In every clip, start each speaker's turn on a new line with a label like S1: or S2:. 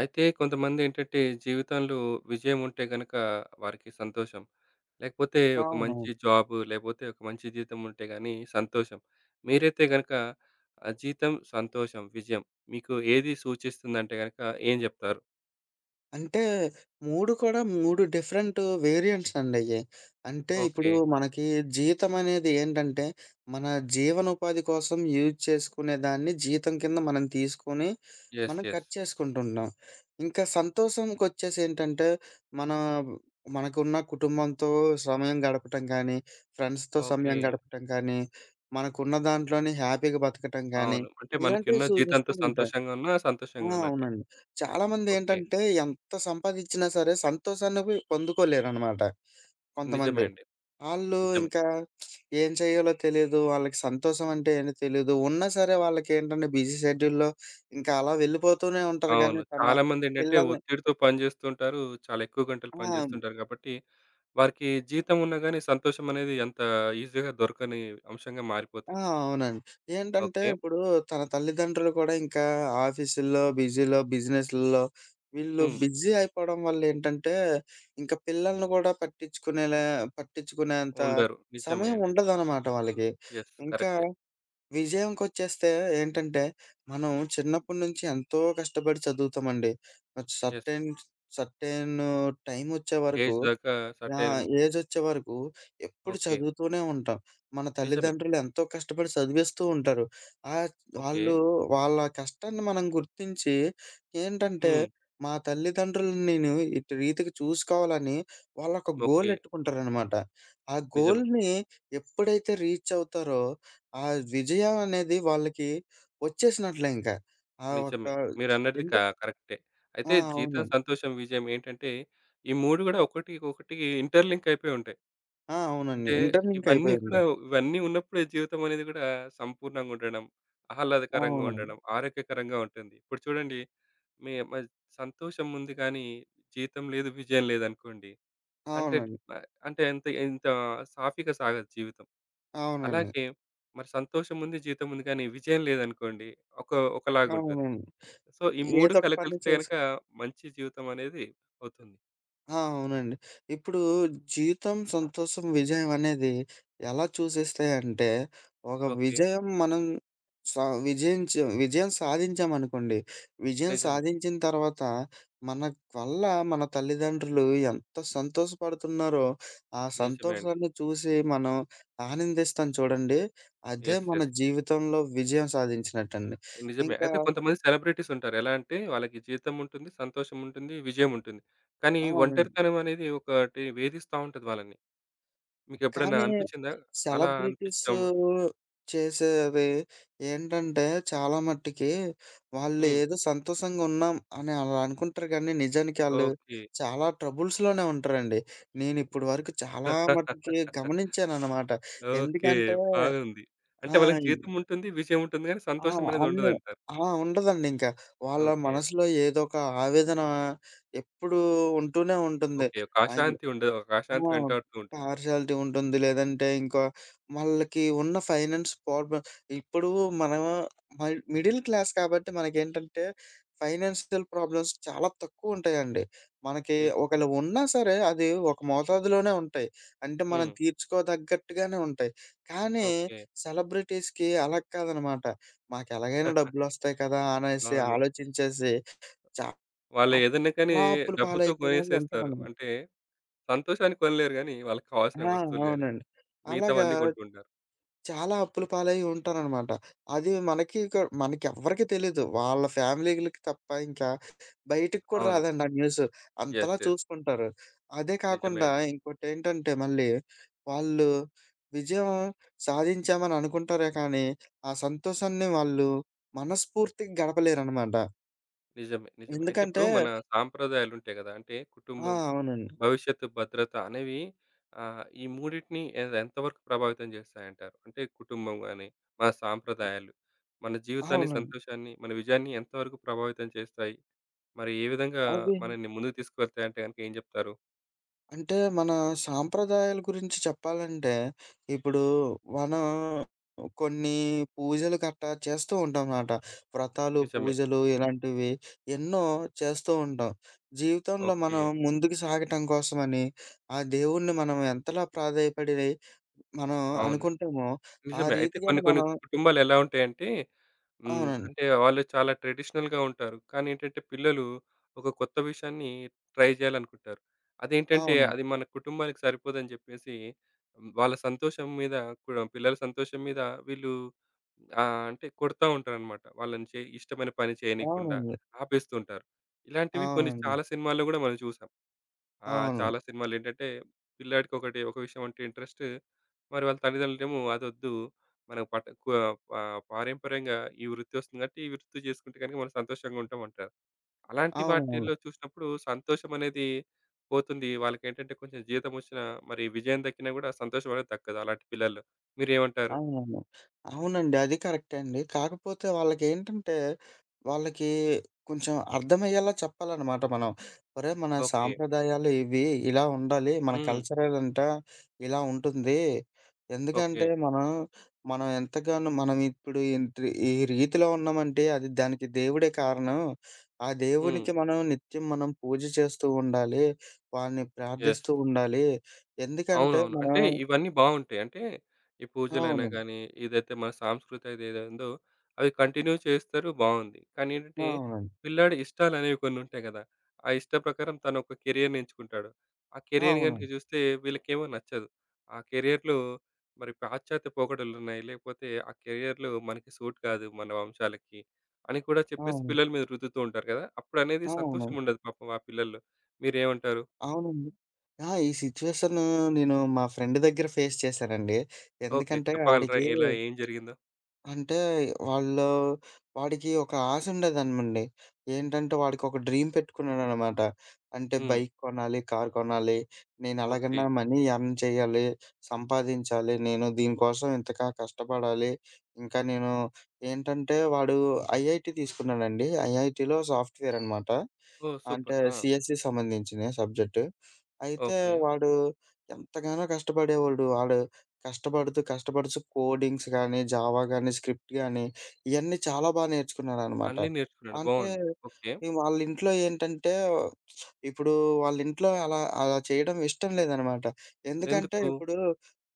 S1: అయితే కొంతమందేంటంటే జీవితంలో విజయం ఉంటే గనక వారికి సంతోషం. లేకపోతే ఒక
S2: అవునవును.
S1: మంచి జాబు, లేపోతే ఒక మంచి జీతం ఉంటే గాని సంతోషం. మీరైతే గనక జీతం, సంతోషం, విజయం మీకు ఏది సూచిస్తుందంటే గనక ఏం జెప్తారు?
S2: అంటే 3 కూడా 3 డిఫరెంట్ వేరియంట్స్ అండయ్యి. అంటే ఇప్పుడు
S1: ఓకే.
S2: మనకి జీతమనేది ఏంటంటే, మన జీవనోపాధి కోసం యూజ్ చేసుకునే దాన్ని జీతం కింద మనం తీసుకొని,
S1: యెస్.
S2: మనం
S1: యెస్.
S2: ఖర్చు చేసుకుంటున్నాం. ఇంకా సంతోషంకొచ్చేసేంటంటే, మన మనకున్న కుటుంబంతో సమయం గడపటం కానీ, ఫ్రెండ్స్‌తో
S1: ఓకే.
S2: సమయం గడపటం కానీ, మనకున్న దాంట్లోనే హ్యాపీగా బతకటం కానీ,
S1: అవును. అంటే
S2: ఇలాంటివి
S1: మనకున్న
S2: సూచిస్తూ
S1: జీతంతో
S2: ఉంటాయి.
S1: సంతోషంగా ఉన్నా, సంతోషంగా ఉన్నట్టే.
S2: అవునండి.
S1: ఓకే.
S2: చాలామందేంటంటే ఎంత సంపాదిచ్చినా సరే సంతోషాన్ని పొందుకోలేరనమాట
S1: నిజమే
S2: కొంతమంది.
S1: అండి.
S2: ఆళ్ళు
S1: నిజమే.
S2: ఇంకా ఏం చేయాలో తెలీదు. వాళ్ళకి సంతోషం అంటే ఏంటో తెలీదు. ఉన్నా సరే వాళ్ళకేంటంటే బిజీ షెడ్యూల్‌లో ఇంకా అలా వెళ్ళిపోతూనే ఉంటారు గానీ
S1: అవును.
S2: తన
S1: చాలామందేంటంటే
S2: పిల్లల్ని
S1: ఒత్తిడితో పని జేస్తుంటారు. చాలా ఎక్కువ గంటలు పని
S2: ఆ!
S1: జేస్తుంటారు గాబట్టి వారికి జీతం ఉన్నా గాని సంతోషం అనేది అంత ఈజీగా దొరకని అంశంగా
S2: ఆ!
S1: మారిపోతుంది.
S2: అవునండి. ఏంటంటే
S1: ఓకే.
S2: ఇప్పుడు తన తల్లిదండ్రులు కూడా ఇంకా ఆఫీసుల్లో, బిజీలో, బిజినెస్‌ల్లో వీళ్ళు
S1: హ్మ్.
S2: బిజీ అయిపోవడం వల్ల ఏంటంటే, ఇంకా పిల్లల్ని కూడా పట్టించుకునేంత
S1: ఉండరు. నిజమే
S2: సమయం
S1: అండి.
S2: ఉండదనమాట వాళ్ళకి.
S1: యెస్.
S2: ఇంకా
S1: కరెక్టే.
S2: విజయంకొచ్చేస్తే ఏంటంటే, మనం చిన్నప్పటి నుంచి ఎంతో కష్టపడి చదువుతామండి. ఒక
S1: యెస్.
S2: సర్టెన్ సర్టెన్ టైమొచ్చే వరకు
S1: ఏజ్ దాకా
S2: ఆ!
S1: సర్టైన్
S2: ఏజొచ్చే వరకు ఎప్పుడు
S1: ఓకే.
S2: చదువుతూనే ఉంటాం. మన
S1: నిజమే.
S2: తల్లిదండ్రులు ఎంతో కష్టపడి చదివిస్తూ ఉంటారు. ఆహ్,
S1: ఓకే.
S2: వాళ్ళు వాళ్ళ కష్టాన్ని మనం గుర్తించి ఏంటంటే,
S1: హ్మ్.
S2: మా తల్లిదండ్రులను నేను ఇటు రీతికి చూసుకోవాలని వాళ్ళొక గోల్
S1: ఓకే.
S2: ఎట్టుకుంటారనమాట. ఆ
S1: నిజమే.
S2: గోల్‌ని ఎప్పుడైతే రీచ్ అవుతారో, ఆ విజయం అనేది వాళ్ళకి వచ్చేసినట్లే ఇంక. ఆ ఒక్క
S1: నిజమే. మీరన్నది క
S2: ఎందు
S1: కరెక్టే.
S2: ఆ!
S1: అయితే జీతం,
S2: అవునండి.
S1: సంతోషం, విజయం ఏంటంటే ఈ 3 గూడా ఒకటికొకటి ఇంటర్‌లింక్ అయిపోయి ఉంటాయి.
S2: ఆ! అవునండి.
S1: అంటే
S2: ఇంటర్ లింక్
S1: ఇవన్నీ
S2: అయిపోయి
S1: కూడా
S2: ఉంటాయి.
S1: ఇవన్నీ ఉన్నప్పుడే జీవితం అనేది కూడా సంపూర్ణంగా ఉండడం, ఆహ్లాదకరంగా
S2: అవునండి.
S1: ఉండడం, ఆరోగ్యకరంగా ఉంటుంది. ఇప్పుడు చూడండి మీ మ సంతోషం ఉంది కానీ, జీతం లేదు, విజయం లేదనుకోండి. అంటే
S2: అవునండి.
S1: అంటే ఎంత ఎంత సాఫీగా సాగదు జీవితం.
S2: అవునండి.
S1: అలాగే మరి సంతోషం ఉంది, జీతం ఉంది కానీ విజయం లేదనుకోండి ఒక ఒకలాగా ఉంటుంది.
S2: అవునండి.
S1: సో, ఈ 3
S2: ఏదో ఒక పని
S1: కలగలిస్తే
S2: చేసి
S1: గనుక మంచి జీవితం అనేది అవుతుంది.
S2: ఆ! అవునండి. ఇప్పుడు జీవితం, సంతోషం, విజయం అనేది ఎలా చూసేస్తాయంటే, ఒక
S1: ఓకే.
S2: విజయం మనం సా విజయించ విజయం సాధించామనుకోండి. విజయం
S1: నిజమే.
S2: సాధించిన తర్వాత మన వల్ల మన తల్లిదండ్రులు ఎంత సంతోషపడుతున్నారో, ఆ
S1: నిజమే అండి.
S2: సంతోషాన్ని చూసి మనం ఆనందిస్తాం చూడండి. అదే
S1: యెస్.
S2: మన
S1: యెస్.
S2: జీవితంలో విజయం సాధించినట్టండి.
S1: నిజమే.
S2: ఇంకా
S1: అయితే కొంతమంది సెలబ్రిటీస్ ఉంటారు. ఎలా అంటే వాళ్ళకి జీతం ఉంటుంది, సంతోషం ఉంటుంది, విజయం ఉంటుంది. కానీ
S2: అవునండి.
S1: ఒంటరితనం అనేది ఒకటి వేధిస్తా ఉంటది వాళ్ళని. మీకెప్పుడైనా
S2: కానీ
S1: అనిపిచ్చిందా? అలా
S2: సెలబ్రిటీస్
S1: అనిపిచ్చం
S2: చేసేది ఏంటంటే చాలా మట్టికి వాళ్ళు
S1: హ్మ్.
S2: ఏదో సంతోషంగా ఉన్నాం అని అలా అనుకుంటారు కానీ నిజానికి ఆళ్ళు
S1: ఓకే.
S2: చాలా ట్రబుల్స్‌లోనే ఉంటారండి. నేనిప్పటి వరకు చాలా
S1: ఓకే.
S2: మట్టుకి గమనించాననమాట. ఎందుకంటే
S1: బాగుంది. అంటే
S2: ఆ!
S1: వాళ్ళకి జీతం ఉంటుంది, విజయం ఉంటుంది గానీ
S2: ఆ!
S1: సంతోషం అనేది
S2: అన్ని
S1: ఉండదంటారు.
S2: ఆ! ఉండదండింక. వాళ్ళ
S1: ఓకే.
S2: మనసులో ఏదో ఒక ఆవేదన ఎప్పుడూ ఉంటూనే ఉంటుంది.
S1: ఓకే. ఒక
S2: అయి
S1: అశాంతి ఉండదు. ఒక
S2: ఆ!
S1: అశాంతి వెంటాడుతూ ఉంటుంది.
S2: పార్షియాలిటీ ఉంటుంది. లేదంటే ఇంకా వాళ్ళకి ఉన్న ఫైనాన్స్ ప్రాబ్లమ్ ఇప్పుడు మనం మల్ మిడిల్ క్లాస్ కాబట్టి మనకేంటంటే ఫైనాన్షియల్ ప్రాబ్లమ్స్ చాలా తక్కువుంటాయండి. మనకి
S1: యెస్.
S2: ఒకవేళ ఉన్నా సరే అది ఒక మోతాదులోనే ఉంటాయి. అంటే మనం
S1: హ్మ్.
S2: తీర్చుకోదగ్గట్టుగానే ఉంటాయి. కానీ
S1: ఓకే.
S2: సెలబ్రిటీస్‌కి అలా కాదనమాట. మాకెలాగైనా డబ్బులొస్తాయి కదా! అనేసి
S1: అవును.
S2: ఆలోచించేసి
S1: వాళ్ళు ఏదన్నా కానీ
S2: చాలా అప్పుల
S1: డబ్బుతో కొనేసేస్తారు.
S2: పాలైపోయినోళ్ళుంటారనమాట.
S1: అంటే సంతోషాన్ని కొనలేరు గానీ, వాళ్ళకి
S2: ఆ!
S1: కావాల్సిన వస్తువులు గానీ,
S2: అవునండి. అలాగా
S1: మిగతావన్నీ కొంటుంటారు.
S2: చాలా అప్పుల పాలై ఉంటారనమాట. అది మనకి ఇక మనకెవ్వరికీ తెలీదు. వాళ్ళ ఫ్యామిలీలకి తప్ప ఇంకా బయటికి కూడా
S1: అవును.
S2: రాదండి ఆ న్యూస్. అంతలా
S1: యెస్. యెస్.
S2: చూసుకుంటారు. అదే
S1: నిజమే
S2: కాకుండా
S1: అండి.
S2: ఇంకోటేంటంటే మళ్ళీ వాళ్ళు విజయం సాధించామని అనుకుంటారే కానీ, ఆ సంతోషాన్ని వాళ్ళు మనస్ఫూర్తిగా గడపలేరనమాట.
S1: నిజమే. నిజమే. అయితే
S2: ఎందుకంటే
S1: ఇప్పుడు మన సాంప్రదాయాలుంటాయి గదా! అంటే
S2: ఆ!
S1: కుటుంబం,
S2: అవునండి.
S1: భవిష్యత్తు భద్రత అనేవి ఈ మూడిటిని ఎంతవరకు ప్రభావితం జేస్తాయంటారు? అంటే కుటుంబం గానీ, మన సాంప్రదాయాలు, మన జీవితాన్ని,
S2: అవునండి.
S1: సంతోషాన్ని, మన విజయాన్ని ఎంతవరకు ప్రభావితం చేస్తాయి? మరి ఏ విధంగా
S2: అవి
S1: మనల్ని ముందుకు తీసుకువెళ్తాయంటే గనక ఏం జెప్తారు?
S2: అంటే మన సాంప్రదాయాల గురించి చెప్పాలంటే, ఇప్పుడు మనం కొన్ని పూజలు గట్టా చేస్తూ ఉంటాంమాట. వ్రతాలు,
S1: నిజమే.
S2: పూజలు ఇలాంటివి ఎన్నో చేస్తూ ఉంటాం. జీవితంలో
S1: ఓకే.
S2: మనం ముందుకు సాగటం కోసమని, ఆ దేవుడిని మనం ఎంతలా ప్రాధేయపడి మనం
S1: అవును.
S2: అనుకుంటామో, ఆ
S1: నిజమే. అయితే కొన్ని
S2: రీతిగానే
S1: కొన్ని
S2: మనం
S1: కుటుంబాలెలా ఉంటాయంటే హ్మ్.
S2: అవునండి.
S1: అంటే వాళ్ళు చాలా ట్రెడిషనల్‌గా ఉంటారు. కానీ ఏంటంటే పిల్లలు ఒక కొత్త విషయాన్ని ట్రై చేయాలనుకుంటారు. అదేంటంటే
S2: అవును.
S1: అది మన కుటుంబానికి సరిపోదని చెప్పేసి వాళ్ళ సంతోషం మీద కూడా పిల్లల సంతోషం మీద వీళ్ళు అంటే కొడతా ఉంటారనమాట. వాళ్ళని ఇష్టమైన పని చేయనీయకుండా
S2: అవునండి.
S1: ఆపేస్తూ ఉంటారు. ఇలాంటివి కొన్ని
S2: అవునండి.
S1: చాలా సినిమాల్లో కూడా మనం చూసాం. ఆ!
S2: అవును. అవును.
S1: చాలా సినిమాలేంటంటే, పిల్లాడికి ఒక విషయం అంటే ఇంట్రెస్ట్. మరి వాళ్ళ తల్లిదండ్రులేమో అదొద్దు. మనకు పట్ట కు పారంపర్యంగా ఈ వృత్తి వస్తుంది కాబట్టి, ఈ వృత్తి చేసుకుంటే గనుక మనం సంతోషంగా ఉంటామంటారు. అలాంటి
S2: అవును.
S1: వాటిల్లో చూసినప్పుడు సంతోషమనేది పోతుంది. వాళ్ళకేంటంటే కొంచెం జీతం వచ్చినా, మరి విజయం దక్కినా గూడా సంతోషమనేది దక్కదు అలాంటి పిల్లల్లో. మీరేమంటారు?
S2: అవునవును. అవునండి. అది కరెక్టే అండి. కాకపోతే వాళ్ళకేంటంటే, వాళ్ళకి కొంచెం అర్థమయ్యేలా చెప్పాలనమాట మనం. ఒరేయ్! మన
S1: ఓకే.
S2: సాంప్రదాయాలు ఇవి, ఇలా ఉండాలి. మన
S1: హ్మ్.
S2: కల్చరల్ అంట ఇలా ఉంటుంది.
S1: ఓకే.
S2: ఎందుకంటే, మనం మనం ఎంతగానో మనం ఇప్పుడు ఇంత ఈ రీతిలో ఉన్నామంటే, అది దానికి దేవుడే కారణం. ఆ
S1: హ్మ్.
S2: దేవునికి మనం నిత్యం పూజ చేస్తూ ఉండాలి. వాడిని
S1: యెస్.
S2: ప్రార్థిస్తూ ఉండాలి. ఎందుకంటే,
S1: అవునవును.
S2: మనం
S1: అంటే ఇవన్నీ బావుంటాయి. అంటే ఈ పూజలైనా
S2: అవును.
S1: గానీ, ఏదైతే మన సాంస్కృతి ఏదేదుందో అవి కంటిన్యూ చేస్తారు బావుంది. కానీ ఏంటంటే,
S2: అవునండి.
S1: పిల్లాడి ఇష్టాలనేవి కొన్నుంటాయి గదా! ఆ ఇష్ట ప్రకారం తను ఒక కెరియర్‌ని ఎంచుకుంటాడు. ఆ కెరియర్
S2: అవును.
S1: గనుక చూస్తే వీళ్ళకేమో నచ్చదు. ఆ కెరియర్‌లో మరి పాశ్చాత్య పోకడలున్నాయి. లేకపోతే ఆ కెరియర్‌లో మనకి సూట్ కాదు మన వంశాలకి అని కూడా చెప్పేసి
S2: అవును.
S1: పిల్లల మీద రుద్దుతూ ఉంటారు కదా! అప్పుడనేది
S2: అవును.
S1: సంతోషముండదు పాపం ఆ పిల్లల్లో. మీరేమంటారు?
S2: అవునండి. ఈ సిట్యుయేషను నేను మా ఫ్రెండ్ దగ్గర ఫేస్ చేశానండి.
S1: ఓకే.
S2: ఎందుకంటే
S1: చెప్పగలరా
S2: ఆడికి
S1: ఎలా ఏం జరిగిందో?
S2: అంటే వాళ్ళు వాడికి ఒక ఆశ ఉండేదనమండి. ఏంటంటే వాడికొక డ్రీమ్ పెట్టుకున్నాడనమాట. అంటే
S1: హ్మ్.
S2: బైక్ కొనాలి, కార్ కొనాలి. నేను
S1: ఓకే.
S2: ఎలాగన్నా మనీ ఎర్న్ చేయాలి, సంపాదించాలి. నేను దీనికోసం ఇంతగా కష్టపడాలి. ఇంకా నేను ఏంటంటే వాడు ఐఐటీ తీసుకున్నాడండి. ఐఐటీలో సాఫ్ట్‌వేర్ అనమాట.
S1: ఓహ్!
S2: అంటే
S1: సూపర్. ఆ!
S2: సీఎస్‌కి సంబంధించిన సబ్జెక్ట్. అయితే
S1: ఓకే.
S2: వాడు ఎంతగానో కష్టపడేవాడు. వాడు కష్టపడుతూ, కోడింగ్స్ గానీ, జావా గానీ, స్క్రిప్ట్ గానీ, ఇయన్నీ చాలా బా నేర్చుకున్నాననమాట.
S1: అన్నీ నేర్చుకున్నాడు.
S2: అంటే,
S1: బావుంది. ఓకే.
S2: ఈ వాళ్ళింట్లో ఏంటంటే, ఇప్పుడు వాళ్ళింట్లో అలా అలా చేయడం ఇష్టం లేదనమాట. ఎందుకంటే,
S1: ఎందుకు?
S2: ఇప్పుడు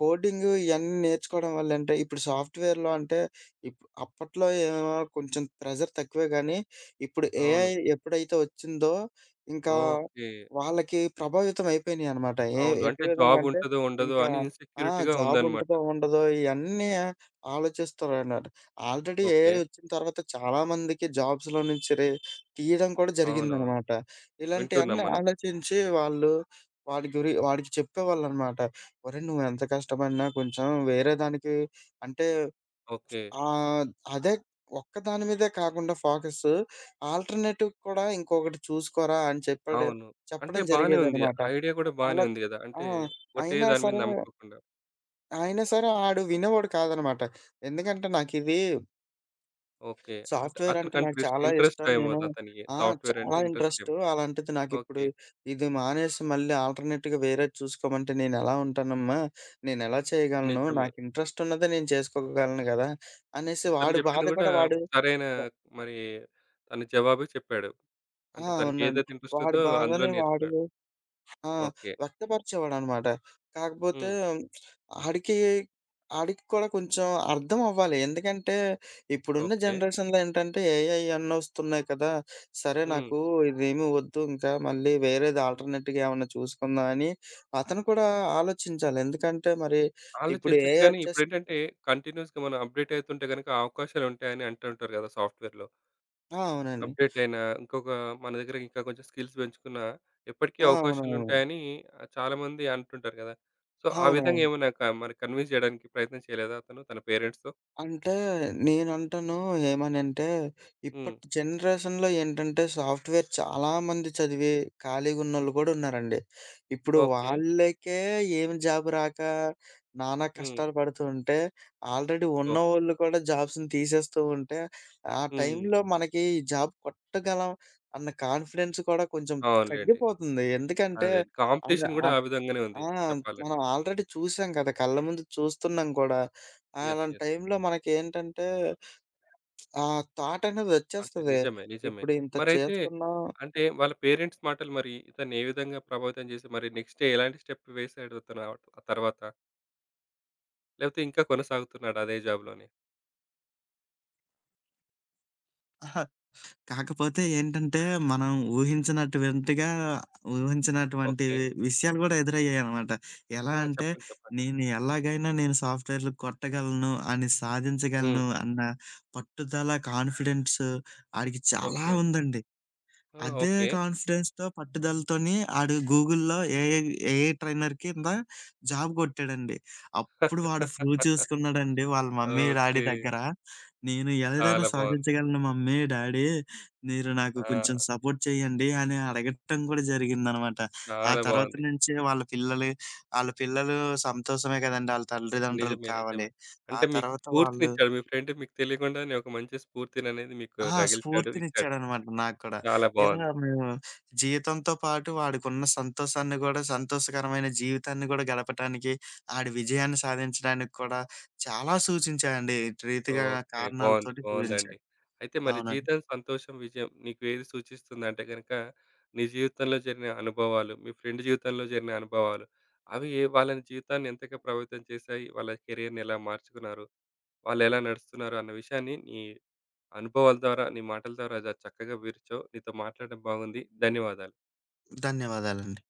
S2: కోడింగు ఇయన్నీ నేర్చుకోవడం వల్లంటే, ఇప్పుడు సాఫ్ట్‌వేర్‌లో అంటే, ఇప్ అప్పట్లో ఏమో కొంచెం ప్రెషర్ తక్కువే గానీ, ఇప్పుడు ఏఐ
S1: అవును.
S2: ఎప్పుడైతే ఒచ్చిందో, ఇంకా
S1: ఓకే.
S2: వాళ్ళకి ప్రభావితం అయిపోయినియనమాట. ఏ
S1: అవును.
S2: ఎట్టి
S1: అంటే
S2: విధంగా
S1: జాబ్
S2: అంటే,
S1: ఉంటదో, ఉండదో
S2: ఇంకా
S1: అని
S2: ఆ!
S1: ఇన్‌సెక్యూరిటీ‌గా
S2: జాబ్
S1: ఉందన్నమాట.
S2: ఉంటదో ఉండదో ఇయన్నీ ఆలోచిస్తారన్నారు. Already AI
S1: okay.
S2: వచ్చిన తర్వాత చాలా మందికి జాబ్స్‌లో నుంచి తీయడం కూడా
S1: అవునవును.
S2: జరిగిందనమాట.
S1: వింటున్నాం
S2: ఇలాంటియన్నీ
S1: మనం.
S2: ఆలోచించి వాళ్ళు వాడికి చెప్పేవాళ్ళనమాట. ఒరేయ్! నువ్వెంత కష్టపడినా కొంచెం వేరే దానికి అంటే
S1: ఓకే.
S2: ఆహ్, అదే ఒక్క దాని మీదే కాకుండా ఆల్టర్‌నేటివ్ కూడా ఇంకొకటి చూసుకోరా అని
S1: అవును. అంటే
S2: చెప్పడం
S1: బానే ఉంది.
S2: జరిగేదనమాట.
S1: ఐడియా కూడా బానే
S2: అలా
S1: ఉంది గదా!
S2: ఆ!
S1: అంటే ఒకటే
S2: అయినా
S1: దాని మీద
S2: సరే
S1: నమ్మకోకుండా.
S2: అయినా సరే ఆడు వినేవాడు కాదనమాట. ఎందుకంటే నాకిది
S1: ఓకే. అంటే
S2: సాఫ్ట్‌వేర్ అంటే
S1: అతనికి
S2: నాకు
S1: ఇంట్రెస్ట్
S2: చాలా
S1: ఇంట్రెస్ట్
S2: ఇష్టం.
S1: ఏమో
S2: నేను
S1: అతనికి
S2: ఆ!
S1: సాఫ్ట్‌వేర్
S2: చాలా
S1: అంటే ఇంట్రెస్ట్
S2: ఇంట్రెస్టు.
S1: ఏమో.
S2: అలాంటిది నాకిప్పుడు
S1: ఓకే.
S2: ఇది మానేసి మళ్ళీ ఆల్టర్‌నేట్‌గా వేరేది చూసుకోమంటే నేనెలా ఉంటానమ్మా? నేనెలా చేయగలను?
S1: నిజమే.
S2: నాకు ఇంట్రెస్ట్ ఉన్నదే నేను చేసుకోగలను గదా! అనేసి
S1: ఇతను
S2: వాడి బాధ
S1: చెప్పింది గూడా
S2: కూడా వాడు
S1: సరైన మరి తను జవాబే చెప్పాడు.
S2: ఆ!
S1: అంటే
S2: అవునండి.
S1: తనకేదైతే ఇంట్రెస్ట్
S2: వాడి
S1: ఉందో అందులో
S2: బాధని వాడు
S1: నేర్చుకున్నాడు.
S2: ఆ!
S1: ఓకే.
S2: వ్యక్తపరిచేవాడనమాట. కాకపోతే
S1: హ్మ్.
S2: ఆడికి, ఆడికి కూడా కొంచెం అర్థం అవ్వాలి. ఎందుకంటే ఇప్పుడున్న
S1: ఓకే.
S2: జనరేషన్‌లో ఏంటంటే ఏఐ అన్నొస్తున్నాయి కదా! సరే
S1: హ్మ్.
S2: నాకు ఇదేమి వద్దు ఇంకా మళ్ళీ వేరేది ఆల్టర్‌నేట్‌గా ఏమన్నా చూసుకుందాం అని అతను కూడా ఆలోచించాలి. ఎందుకంటే మరి ఇప్పుడు
S1: ఆలోచించొచ్చు
S2: ఏఐ
S1: గానీ
S2: వచ్చేసింది.
S1: ఇప్పుడేంటంటే కంటిన్యూయస్‌గా మనం అప్‌డేట్ అవుతుంటే గనక అవకాశాలుంటాయని అంటుంటారు గదా! సాఫ్ట్‌వేర్‌లో.
S2: ఆ! అవునండి.
S1: అప్‌డేట్ అయినా ఇంకొక మన దగ్గర ఇంకా కొంచెం స్కిల్స్ పెంచుకున్నా ఎప్పటికీ
S2: ఆ! అవునవును.
S1: అవకాశాలుంటాయని చాలామంది అంటుంటారు గదా! సో, ఆ విధంగా
S2: అవునవును.
S1: ఏమైనా మరి కన్విన్స్ జేయడానికి ప్రయత్నం చేయలేదా అతను తన పేరెంట్స్‌తో?
S2: అంటే నేనంటాను ఏమనంటే,
S1: హ్మ్.
S2: ఇప్పటి జనరేషన్‌లో ఏంటంటే సాఫ్ట్‌వేర్ చాలామంది చదివి ఖాళీగున్నోళ్ళు గూడా ఉన్నారండి. ఇప్పుడు
S1: ఓకే.
S2: వాళ్ళకే ఏమి జాబ్ రాక నానా
S1: హ్మ్.
S2: కష్టాలు పడుతూ ఉంటే, ఆల్రెడీ
S1: ఓకే.
S2: ఉన్నవోళ్ళు కూడా జాబ్స్‌ని తీసేస్తూ ఉంటే, ఆ
S1: హ్మ్.
S2: టైంలో మనకి ఈ జాబ్ కొట్టగలం అన్న కాన్ఫిడెన్స్ కూడా కొంచెం
S1: అవునులేండి.
S2: తగ్గిపోతుంది. ఎందుకంటే,
S1: అదే
S2: అద
S1: కాంపిటీషన్ గూడా ఆ
S2: ఆ!
S1: విధంగానే ఉంది చెప్పాలంటే.
S2: మనం ఆల్రెడీ చూసాం కదా! కళ్ళ ముందు చూస్తున్నాం కూడా.
S1: యెస్.
S2: అలాంటి
S1: యెస్.
S2: టైంలో మనకేంటంటే, ఆ థాట్ అనేది
S1: అంటే
S2: వచ్చేస్తది.
S1: నిజమే. నిజమే.
S2: ఇప్పుడు ఇంత
S1: మరైతే
S2: చేస్తున్నాం
S1: అంటే వాళ్ళ పేరెంట్స్ మాటలు మరి ఇతన్ని ఏ విధంగా ప్రభావితం చేసి మరి నెక్స్ట్ డే ఎలాంటి స్టెప్ వేసాడు అతను ఆ ఆ తర్వాత? లేకపోతే ఇంకా కొనసాగుతున్నాడా అదే జాబ్‌లోనే?
S2: అహా! కాకపోతే ఏంటంటే, మనం ఊహించినటువంటిగా ఊహించినటువంటి
S1: ఓకే.
S2: విషయాలు గూడా ఎదురయ్యాయనమాట. ఎలా
S1: ఆ!
S2: అంటే,
S1: చెప్పండి. చెప్పండి.
S2: నేను సాఫ్ట్‌వేర్‌లు కొట్టగలను, అని
S1: హ్మ్.
S2: సాధించగలను అన్న పట్టుదల, కాన్ఫిడెన్స్ ఆడికి చాలా
S1: ఓకే.
S2: ఉందండి.
S1: ఆ!
S2: అదే
S1: ఓకే.
S2: కాన్ఫిడెన్స్‌తో, పట్టుదలతోని ఆడు గూగుల్‌లో ఏఐ ఏఐ ట్రైనర్ కింద జాబ్ కొట్టాడండి. అప్పుడు వాడు ప్రూవ్ చేసుకున్నాడండి వాళ్ళ మమ్మీ, డాడీ
S1: ఓకే.
S2: దగ్గర. నేను ఏదైనా
S1: చాలా బావుంది.
S2: సాధించగలను మమ్మీ, డాడీ మీరు నాకు
S1: ఆ!
S2: కొంచెం సపోర్ట్ చేయండి అని అడగటం కూడా జరిగిందనమాట. ఆ
S1: చాలా
S2: తర్వాత
S1: బావుంది.
S2: నుంచి వాళ్ళ పిల్లలు, ఆళ్ళ పిల్లలు సంతోషమే కదండీ! ఆళ్ళ తల్లిదండ్రులకి
S1: నిజమే.
S2: కావాలి.
S1: నిజమే.
S2: ఆ
S1: అంటే మీకు
S2: తర్వాత వాళ్ళు
S1: స్ఫూర్తినిచ్చాడు. మీ ఫ్రెండ్ మీకు తెలియకుండానే ఒక మంచి స్ఫూర్తిననేది మీకు
S2: ఆ!
S1: రగిల్చాడు, ఇచ్చాడు.
S2: స్ఫూర్తినిచ్చాడనమాట నాకు కూడా.
S1: చాలా
S2: ఇలా
S1: బావుంది.
S2: మేము జీతంతో పాటు వాడికున్న సంతోషాన్ని గూడా, సంతోషకరమైన జీవితాన్ని గూడా గడపటానికి, ఆడి విజయాన్ని సాధించడానికి కూడా చాలా సూచించాయండి. ఇటు రీతిగా
S1: ఓకే. బావుంది.
S2: కారణాలతోటి
S1: బావుందండి.
S2: సూచించాయి.
S1: అయితే మరి
S2: అవునండి.
S1: జీతం, సంతోషం, విజయం నీకు ఏది సూచిస్తుందంటే గనక నీ జీవితంలో జరిగిన అనుభవాలు, మీ ఫ్రెండ్ జీవితంలో జరిగిన అనుభవాలు, అవి వాళ్ళని జీవితాన్ని ఎంతగా ప్రభావితం చేశాయి? వాళ్ళ కెరియర్‌ని ఎలా మార్చుకున్నారు? వాళ్ళెలా నడుస్తున్నారు? అన్న విషయాన్ని నీ అనుభవాల ద్వారా, నీ మాటల ద్వారా చక్కగా వివరిచావు. నీతో మాట్లాడడం బాగుంది. ధన్యవాదాలు.
S2: ధన్యవాదాలండి.